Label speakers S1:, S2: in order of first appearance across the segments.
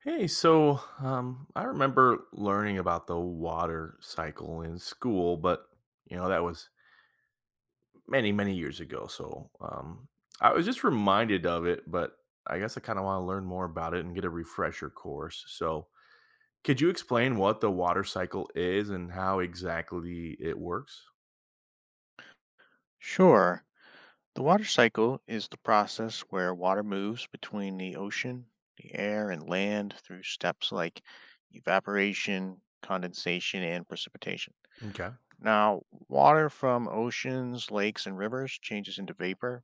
S1: Hey, so I remember learning about the water cycle in school, but that was many, many years ago. So I was just reminded of it, but I guess I kind of want to learn more about it and get a refresher course. So could you explain what the water cycle is and how exactly it works?
S2: Sure. The water cycle is the process where water moves between the ocean, the air, and land through steps like evaporation, condensation, and precipitation.
S1: Okay.
S2: Now, water from oceans, lakes, and rivers changes into vapor.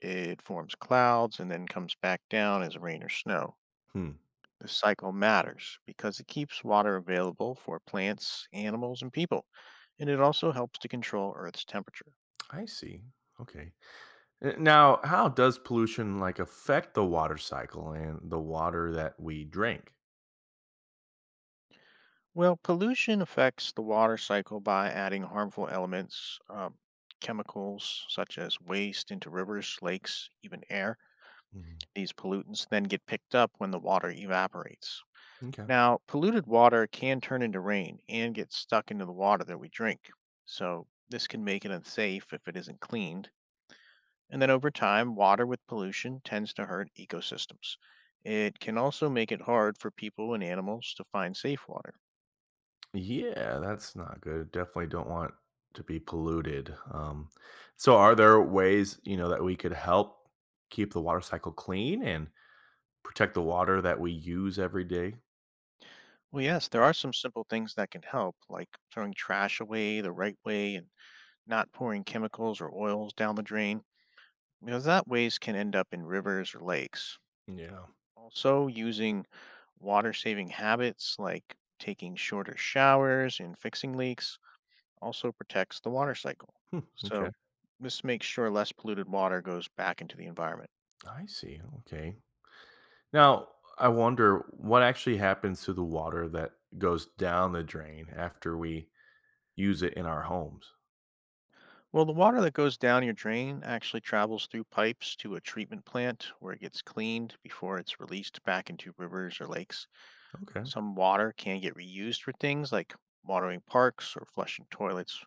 S2: It forms clouds and then comes back down as rain or snow.
S1: Hmm.
S2: This cycle matters because it keeps water available for plants, animals, and people, and it also helps to control Earth's temperature.
S1: I see. Okay. Now, how does pollution like affect the water cycle and the water that we drink?
S2: Well, pollution affects the water cycle by adding harmful elements, chemicals such as waste into rivers, lakes, even air.
S1: Mhm.
S2: These pollutants then get picked up when the water evaporates.
S1: Okay.
S2: Now, polluted water can turn into rain and get stuck into the water that we drink. So, this can make it unsafe if it isn't cleaned. And then over time, water with pollution tends to hurt ecosystems. It can also make it hard for people and animals to find safe water.
S1: Yeah, that's not good. Definitely don't want to be polluted. So, are there ways that we could help keep the water cycle clean and protect the water that we use every day?
S2: Well, yes, there are some simple things that can help, like throwing trash away the right way and not pouring chemicals or oils down the drain, because that waste can end up in rivers or lakes.
S1: Yeah.
S2: Also, using water saving habits like taking shorter showers and fixing leaks also protects the water cycle.
S1: Okay.
S2: So, this makes sure less polluted water goes back into the environment.
S1: I see. Okay. Now, I wonder what actually happens to the water that goes down the drain after we use it in our homes.
S2: Well, the water that goes down your drain actually travels through pipes to a treatment plant where it gets cleaned before it's released back into rivers or lakes.
S1: Okay.
S2: Some water can get reused for things like watering parks or flushing toilets,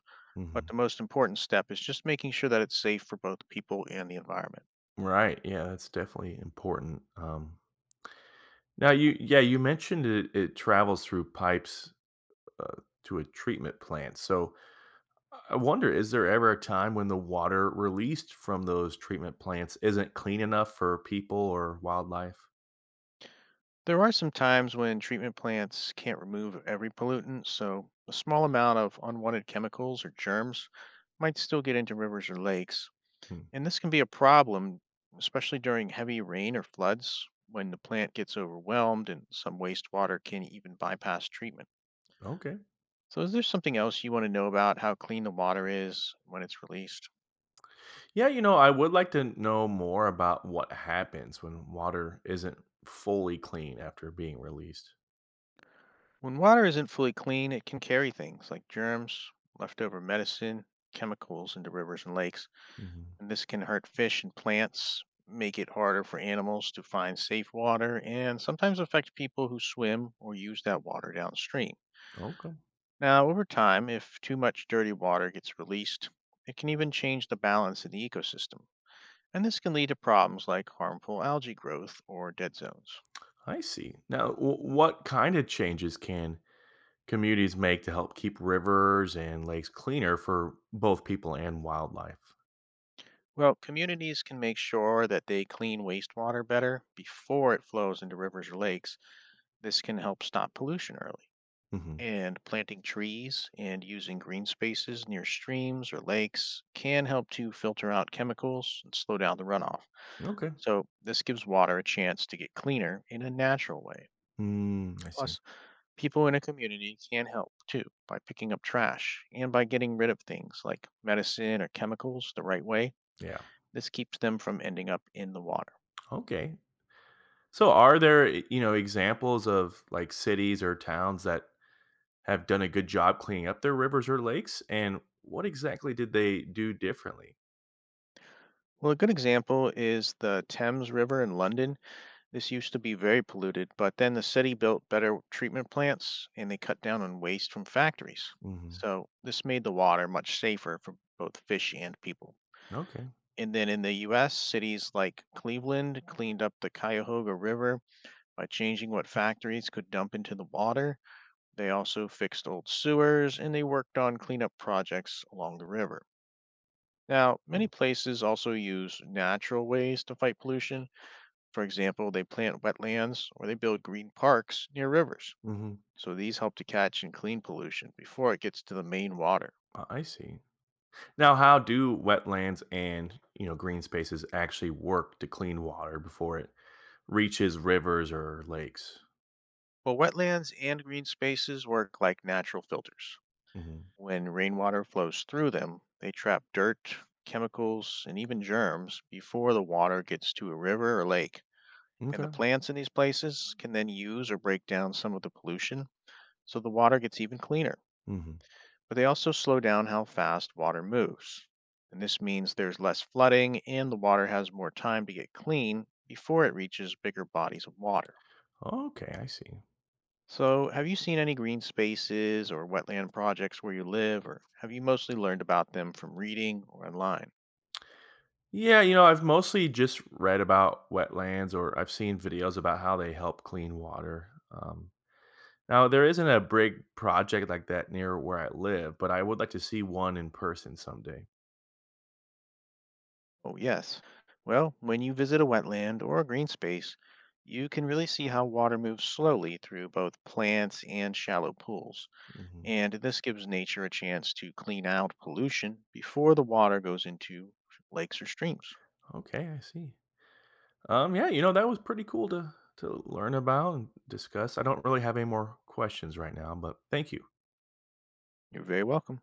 S2: but
S1: Hmm.
S2: the most important step is just making sure that it's safe for both people and the environment.
S1: Right. Yeah, that's definitely important. Now, you mentioned it travels through pipes uh, to a treatment plant. So I wonder, is there ever a time when the water released from those treatment plants isn't clean enough for people or wildlife?
S2: There are some times when treatment plants can't remove every pollutant, so a small amount of unwanted chemicals or germs might still get into rivers or lakes.
S1: Hmm.
S2: And this can be a problem, especially during heavy rain or floods, when the plant gets overwhelmed and some wastewater can even bypass treatment.
S1: Okay.
S2: So, is there something else you want to know about how clean the water is when it's released?
S1: Yeah, I would like to know more about what happens when water isn't fully clean after being released.
S2: When water isn't fully clean, it can carry things like germs, leftover medicine, chemicals into rivers and lakes.
S1: Hmm.
S2: And this can hurt fish and plants, make it harder for animals to find safe water, and sometimes affect people who swim or use that water downstream.
S1: Okay.
S2: Now, over time, if too much dirty water gets released, it can even change the balance in the ecosystem, and this can lead to problems like harmful algae growth or dead zones.
S1: I see. Now, what kind of changes can communities make to help keep rivers and lakes cleaner for both people and wildlife?
S2: Well, communities can make sure that they clean wastewater better before it flows into rivers or lakes. This can help stop pollution early.
S1: Hmm.
S2: And planting trees and using green spaces near streams or lakes can help to filter out chemicals and slow down the runoff.
S1: Okay.
S2: So, this gives water a chance to get cleaner in a natural way.
S1: Mm, I see.
S2: Plus, people in a community can help too by picking up trash and by getting rid of things like medicine or chemicals the right way.
S1: Yeah.
S2: This keeps them from ending up in the water.
S1: Okay. So are there, examples of like cities or towns that have done a good job cleaning up their rivers or lakes? And what exactly did they do differently?
S2: Well, a good example is the Thames River in London. This used to be very polluted, but then the city built better treatment plants and they cut down on waste from factories.
S1: Hmm.
S2: So this made the water much safer for both fish and people.
S1: Okay.
S2: And then in the US, cities like Cleveland cleaned up the Cuyahoga River by changing what factories could dump into the water. They also fixed old sewers and they worked on cleanup projects along the river. Now, many
S1: Cool.
S2: places also use natural ways to fight pollution. For example, they plant wetlands or they build green parks near rivers.
S1: Hmm.
S2: So these help to catch and clean pollution before it gets to the main water.
S1: I see. Now, how do wetlands and green spaces actually work to clean water before it reaches rivers or lakes?
S2: Well, wetlands and green spaces work like natural filters.
S1: Hmm.
S2: When rainwater flows through them, they trap dirt, chemicals, and even germs before the water gets to a river or lake. And the
S1: Okay.
S2: plants in these places can then use or break down some of the pollution, so the water gets even cleaner.
S1: Hmm.
S2: But they also slow down how fast water moves. And this means there's less flooding and the water has more time to get clean before it reaches bigger bodies of water.
S1: Okay. I see.
S2: So, have you seen any green spaces or wetland projects where you live, or have you mostly learned about them from reading or online?
S1: Yeah, I've mostly just read about wetlands or I've seen videos about how they help clean water. Now, there isn't a big project like that near where I live, but I would like to see one in person someday.
S2: Oh, yes. Well, when you visit a wetland or a green space, you can really see how water moves slowly through both plants and shallow pools.
S1: Hmm.
S2: And this gives nature a chance to clean out pollution before the water goes into lakes or streams.
S1: Okay, I see. Yeah, that was pretty cool to learn about and discuss. I don't really have any more questions right now, but thank you.
S2: You're very welcome.